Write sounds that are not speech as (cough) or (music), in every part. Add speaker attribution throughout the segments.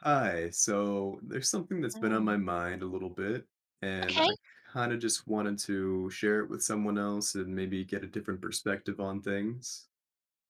Speaker 1: Hi. So there's something that's been on my
Speaker 2: Oh,
Speaker 1: mind a little bit, and
Speaker 2: okay.
Speaker 1: I kind of just wanted to share it with someone else and maybe get a different perspective on things.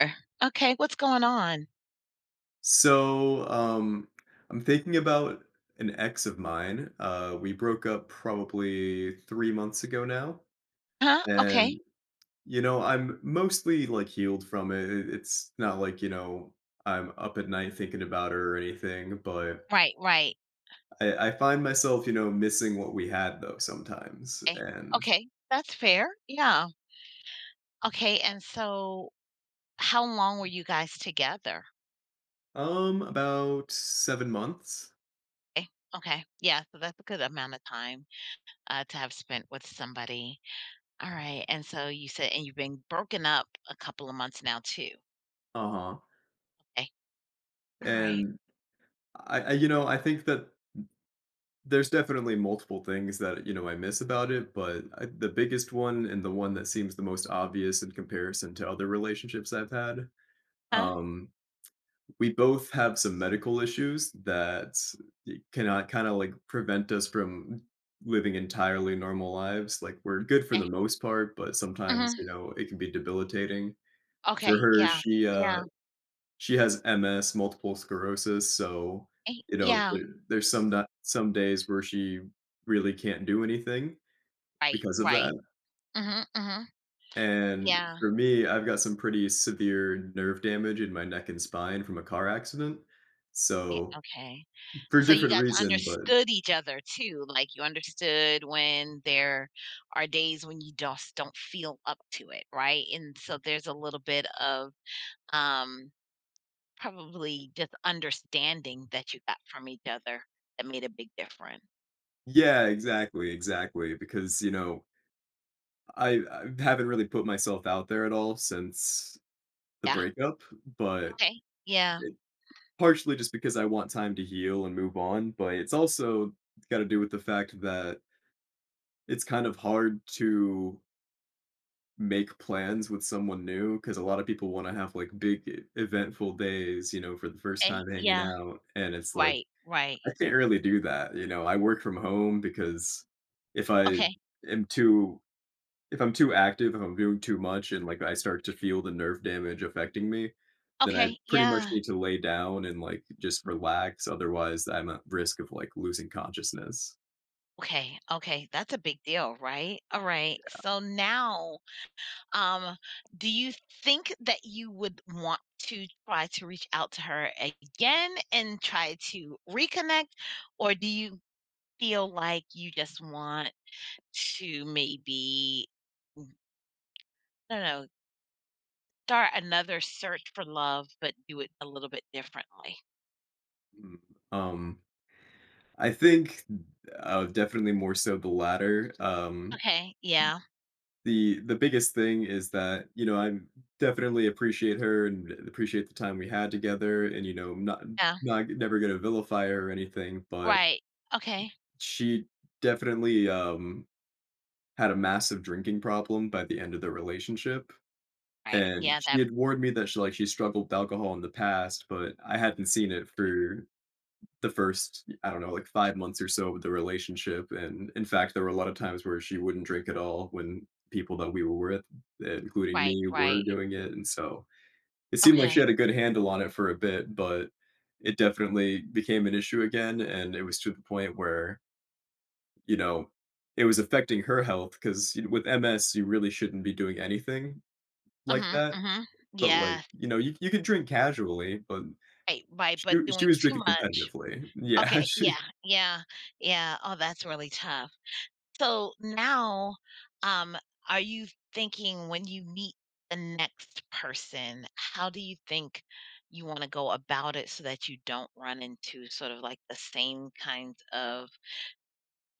Speaker 2: Er, okay, what's going on?
Speaker 1: So, um, I'm thinking about an ex of mine. We broke up probably 3 months ago now,
Speaker 2: Huh? Okay.
Speaker 1: and you know, I'm mostly like healed from it. It's not like, you know, I'm up at night thinking about her or anything, but
Speaker 2: Right, right.
Speaker 1: I find myself, you know, missing what we had though sometimes,
Speaker 2: Okay.
Speaker 1: and,
Speaker 2: Okay, that's fair. Yeah. Okay, and so how long were you guys together?
Speaker 1: um, about 7 months.
Speaker 2: Okay. Okay. Yeah, so that's a good amount of time, to have spent with somebody. Alright, and so you said and you've been broken up a couple of months now too.
Speaker 1: Uh-huh.
Speaker 2: Okay. Alright.
Speaker 1: And I, you know, I think that there's definitely multiple things that, you know, I miss about it, but I the biggest one and the one that seems the most obvious in comparison to other relationships I've had,
Speaker 2: Huh?
Speaker 1: um, we both have some medical issues that cannot kind of like prevent us from living entirely normal lives. Like we're good for the
Speaker 2: Okay.
Speaker 1: most part, but sometimes,
Speaker 2: Mhm.
Speaker 1: you know, it can be debilitating. For
Speaker 2: Okay,
Speaker 1: her,
Speaker 2: yeah.
Speaker 1: she
Speaker 2: Yeah.
Speaker 1: she has MS, multiple sclerosis, so you know,
Speaker 2: Yeah.
Speaker 1: there's some days where she really can't do anything
Speaker 2: Right,
Speaker 1: because of
Speaker 2: right.
Speaker 1: that.
Speaker 2: Mhm, mhm.
Speaker 1: And
Speaker 2: Yeah.
Speaker 1: for me, I've got some pretty severe nerve damage in my neck and spine from a car accident.
Speaker 2: Yeah,
Speaker 1: So
Speaker 2: okay.
Speaker 1: for a
Speaker 2: And so you
Speaker 1: different
Speaker 2: guys
Speaker 1: reason, but
Speaker 2: understood each other too, like, you understood when there are days when you just don't feel up to it, right? And so there's a little bit of, um, probably just understanding that you got from each other that made a big difference.
Speaker 1: yeah, exactly, exactly, because, you know, I haven't really put myself out there at all since the
Speaker 2: Yeah,
Speaker 1: breakup, but
Speaker 2: okay. Yeah,
Speaker 1: it partially just because I want time to heal and move on, but it's also gotta do with the fact that it's kind of hard to make plans with someone new. Because a lot of people wanna have, like, big e eventful days, you know, for the first
Speaker 2: okay,
Speaker 1: time hanging
Speaker 2: yeah.
Speaker 1: out, and it's like,
Speaker 2: Right, right.
Speaker 1: I can't really do that, you know, I work from home because if I
Speaker 2: Okay,
Speaker 1: am too if I'm too active, if I'm doing too much and, like, I start to feel the nerve damage affecting me, then I
Speaker 2: okay,
Speaker 1: pretty much
Speaker 2: yeah.
Speaker 1: need to lay down and, like, just relax, otherwise I'm at risk of, like, losing consciousness.
Speaker 2: Okay, okay, that's a big deal, right? Alright, so now, Um, do you think that you would want to try to reach out to her again and try to reconnect, or do you feel like you just want to maybe, mm, I don't know, start another search for love, but do it a little bit differently?
Speaker 1: Mm, um, I think, definitely more so the latter.
Speaker 2: Okay. Yeah.
Speaker 1: The biggest thing is that you know I definitely appreciate her and appreciate the time we had together, and you know I'm
Speaker 2: Yeah.
Speaker 1: not never gonna vilify her or anything, but
Speaker 2: Right. Okay.
Speaker 1: she definitely had a massive drinking problem by the end of the relationship,
Speaker 2: Right.
Speaker 1: and
Speaker 2: Yeah.
Speaker 1: she
Speaker 2: That.
Speaker 1: had warned me that she struggled with alcohol in the past, but I hadn't seen it for the first, I don't know, like 5 months or so of the relationship, and in fact, there were a lot of times where she wouldn't drink at all when people that we were with, including
Speaker 2: Right.
Speaker 1: me, were
Speaker 2: Right.
Speaker 1: doing it, and so it seemed like she
Speaker 2: Okay.
Speaker 1: had a good handle on it for a bit, but it definitely became an issue again, and it was to the point where, you know, it was affecting her health because with MS, you really shouldn't be doing anything like
Speaker 2: Mhm.
Speaker 1: that,
Speaker 2: Mhm.
Speaker 1: but, like,
Speaker 2: Yeah.
Speaker 1: you know, you could drink casually, but
Speaker 2: Right. Right.
Speaker 1: she
Speaker 2: But
Speaker 1: she
Speaker 2: doing
Speaker 1: was
Speaker 2: too
Speaker 1: drinking
Speaker 2: much.
Speaker 1: competitively. Yeah.
Speaker 2: Okay, yeah,
Speaker 1: (laughs)
Speaker 2: yeah, yeah. Oh, that's really tough. So now, um, are you thinking when you meet the next person, how do you think you want to go about it so that you don't run into sort of like the same kinds of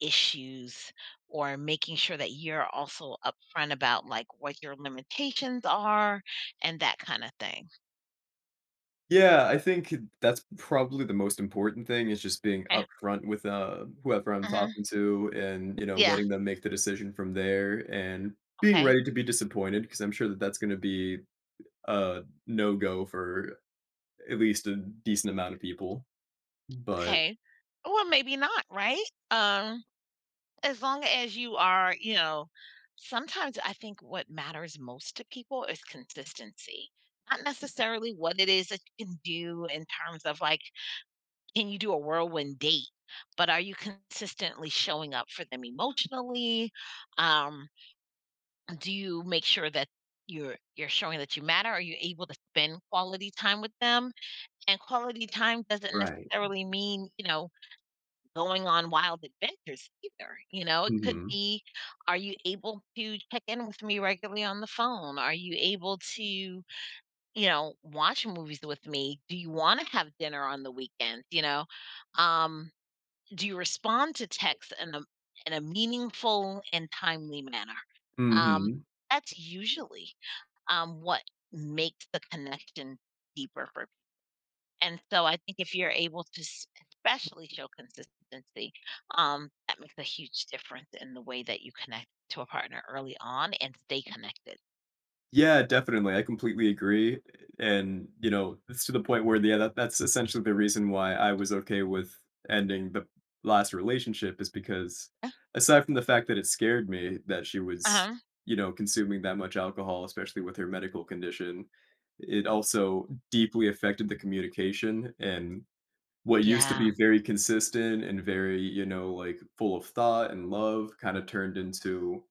Speaker 2: issues or making sure that you're also upfront about like what your limitations are and that kind of thing?
Speaker 1: Yeah, I think that's probably the most important thing is just being
Speaker 2: Okay.
Speaker 1: upfront with, whoever I'm
Speaker 2: Hmm.
Speaker 1: talking to and, you know,
Speaker 2: Yeah.
Speaker 1: letting them make the decision from there and being
Speaker 2: Okay.
Speaker 1: ready to be disappointed because I'm sure that that's gonna be a no-go for at least a decent amount of people, but
Speaker 2: Okay. Well, maybe not, right? Um, as long as you are, you know, sometimes I think what matters most to people is consistency. Not necessarily what it is that you can do in terms of like, can you do a whirlwind date? But are you consistently showing up for them emotionally? Um, do you make sure that you're showing that you matter? Are you able to spend quality time with them? And quality time doesn't
Speaker 1: right.
Speaker 2: necessarily mean, you know, going on wild adventures either, you know? It could
Speaker 1: Mhm,
Speaker 2: be, are you able to check in with me regularly on the phone? Are you able to, you know, watch movies with me? Do you want to have dinner on the weekend, you know? Um, do you respond to texts in a meaningful and timely manner? Um,
Speaker 1: mhm.
Speaker 2: that's usually um, what makes the connection deeper for and so I think if you're able to especially show consistency, that makes a huge difference in the way that you connect to a partner early on and stay connected.
Speaker 1: Yeah, definitely. I completely agree, and, you know, it's to the point where, yeah, that's essentially the reason why I was okay with ending the last relationship is because aside from the fact that it scared me that she was,
Speaker 2: Uh-huh.
Speaker 1: you know, consuming that much alcohol, especially with her medical condition, it also deeply affected the communication and what used to
Speaker 2: Yeah.
Speaker 1: be very consistent and very, you know, like, full of thought and love kinda turned into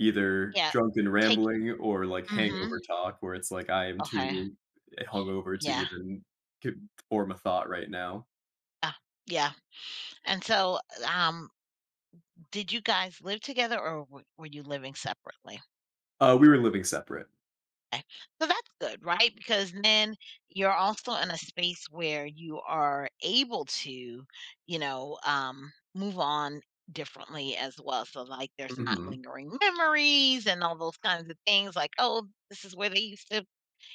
Speaker 1: either
Speaker 2: Yeah.
Speaker 1: drunken
Speaker 2: Take it.
Speaker 1: rambling or, like,
Speaker 2: Mm-hmm.
Speaker 1: hangover talk where it's like, I am
Speaker 2: Okay.
Speaker 1: too hungover to
Speaker 2: Yeah.
Speaker 1: even c form a thought right now.
Speaker 2: Uh, yeah. And so, um, did you guys live together or were you living separately?
Speaker 1: We were living separate.
Speaker 2: Okay. So that's good, right? Because then you're also in a space where you are able to, you know, move on differently as well. So, like, there's not
Speaker 1: Mhm,
Speaker 2: lingering memories and all those kinds of things. Like, oh, this is where they used to,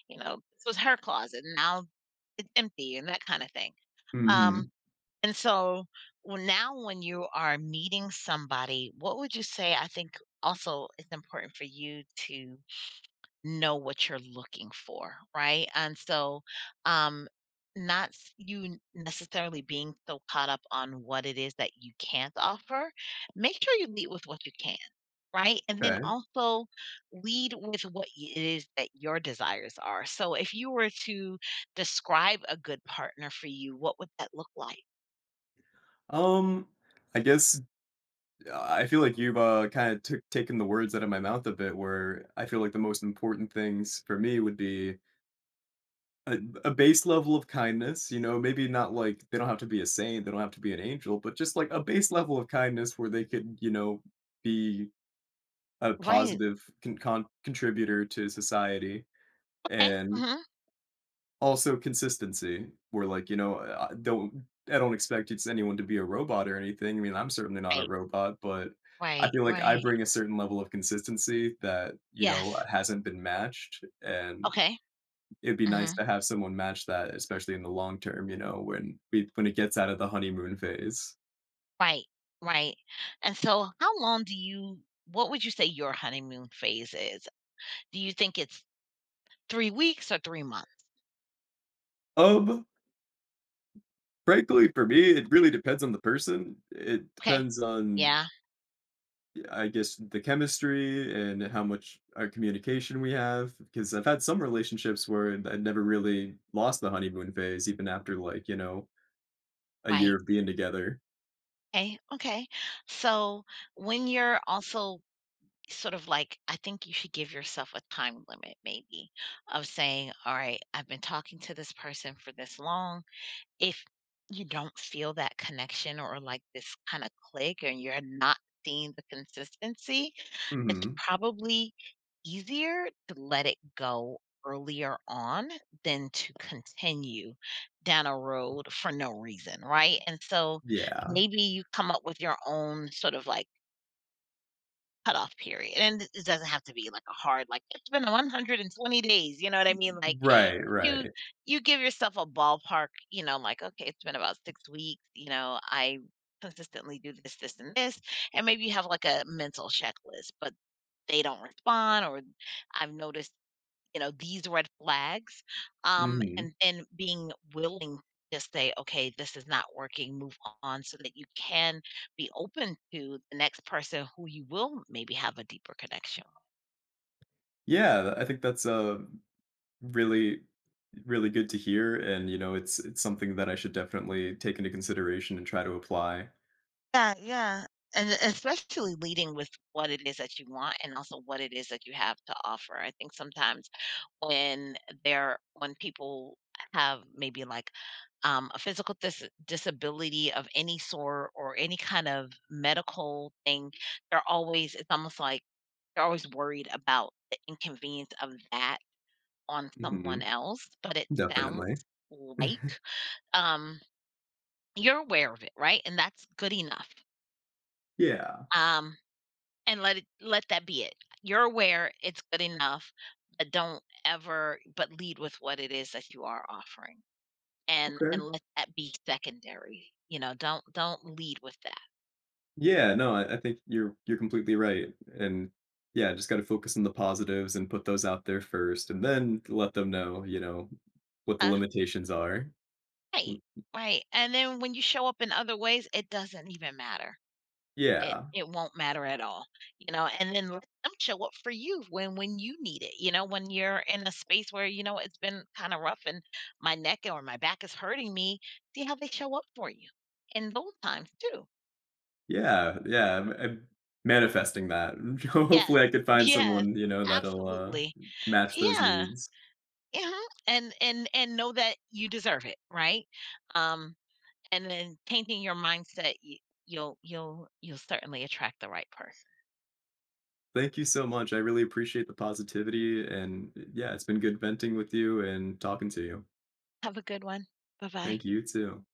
Speaker 2: you know, this was her closet. And Now it's empty and that kind of thing. Um,
Speaker 1: mhm.
Speaker 2: and so well, now when you are meeting somebody, what would you say? I think also it's important for you to know what you're looking for, right? And so, um, not you necessarily being so caught up on what it is that you can't offer. Make sure you lead with what you can, right? And then
Speaker 1: Okay.
Speaker 2: also lead with what it is that your desires are. So, if you were to describe a good partner for you, what would that look like?
Speaker 1: Um, I guess I feel like you've, kinda took taken the words out of my mouth a bit where I feel like the most important things for me would be a a base level of kindness, you know, maybe not like they don't have to be a saint, they don't have to be an angel, but just like a base level of kindness where they could, you know, be a
Speaker 2: Right.
Speaker 1: positive contributor to society,
Speaker 2: Okay.
Speaker 1: and
Speaker 2: Hmm.
Speaker 1: also consistency. We're like, you know, I don't expect it's anyone to be a robot or anything. I mean, I'm certainly not a
Speaker 2: Right.
Speaker 1: robot, but I
Speaker 2: Right.
Speaker 1: feel like I
Speaker 2: Right.
Speaker 1: bring a certain level of consistency that, you know,
Speaker 2: Yes.
Speaker 1: hasn't been matched, and
Speaker 2: Okay.
Speaker 1: it'd be nice
Speaker 2: Hmm.
Speaker 1: to have someone match that, especially in the long term, you know, when it gets out of the honeymoon phase.
Speaker 2: Right, right. And so how long do you what would you say your honeymoon phase is? Do you think it's 3 weeks or 3 months?
Speaker 1: Um, Frankly, for me, it really depends on the person. It
Speaker 2: Okay.
Speaker 1: depends on
Speaker 2: Yeah,
Speaker 1: I guess the chemistry and how much our communication we have. Because I've had some relationships where I never really lost the honeymoon phase, even after like, you know, a year
Speaker 2: right.
Speaker 1: of being together.
Speaker 2: Okay, okay. So when you're also sort of like I think you should give yourself a time limit maybe of saying, "All right, I've been talking to this person for this long." If you don't feel that connection or like this kind of click and you're not seeing the consistency, it's
Speaker 1: Hmm.
Speaker 2: probably easier to let it go earlier on than to continue down a road for no reason, right? And so
Speaker 1: Yeah.
Speaker 2: maybe you come up with your own sort of like cutoff period. And it doesn't have to be like a hard, like it's been 120 days. You know what I mean? Like
Speaker 1: Right,
Speaker 2: you
Speaker 1: right.
Speaker 2: you give yourself a ballpark, you know, like, okay, it's been about 6 weeks, you know, I consistently do this, this, and this. And maybe you have like a mental checklist. But they don't respond or I've noticed, you know, these red flags.
Speaker 1: Hmm.
Speaker 2: And then being willing to just say, okay, this is not working, move on so that you can be open to the next person who you will maybe have a deeper connection with.
Speaker 1: Yeah, I think that's really really good to hear. And you know, it's something that I should definitely take into consideration and try to apply.
Speaker 2: Yeah, yeah. And especially leading with what it is that you want and also what it is that you have to offer. I think sometimes when they're when people have maybe like a physical disability of any sort or any kind of medical thing, they're always, it's almost like they're always worried about the inconvenience of that on someone
Speaker 1: Hmm.
Speaker 2: else. But it sounds
Speaker 1: Definitely. (laughs)
Speaker 2: like, um, you're aware of it, right? And that's good enough.
Speaker 1: Yeah.
Speaker 2: Um, and let that be it. You're aware it's good enough, but don't ever but lead with what it is that you are offering. and
Speaker 1: Okay.
Speaker 2: and let that be secondary, you know, don't lead with that.
Speaker 1: Yeah, no, I think you're completely right. And yeah, just got to focus on the positives and put those out there first and then let them know, you know, what the
Speaker 2: Uh,
Speaker 1: limitations are.
Speaker 2: Right,
Speaker 1: Mm,
Speaker 2: right, and then when you show up in other ways, it doesn't even matter. It
Speaker 1: yeah.
Speaker 2: it won't matter at all, you know, and then let them show up for you when you need it, you know, when you're in a space where, you know, it's been kinda rough and my neck or my back is hurting me, see how they show up for you in those times too.
Speaker 1: Yeah. Yeah. I'm manifesting that. (laughs)
Speaker 2: Yes,
Speaker 1: Hopefully I could
Speaker 2: (laughs)
Speaker 1: find
Speaker 2: yes,
Speaker 1: someone, you know, that'll
Speaker 2: absolutely.
Speaker 1: match those
Speaker 2: Yeah.
Speaker 1: needs.
Speaker 2: Mhm, and know that you deserve it, right? Um, and then changing your mindset, y you'll certainly attract the right person.
Speaker 1: Thank you so much. I really appreciate the positivity and yeah, it's been good venting with you and talking to you.
Speaker 2: Have a good one. Bye-bye.
Speaker 1: Thank you too.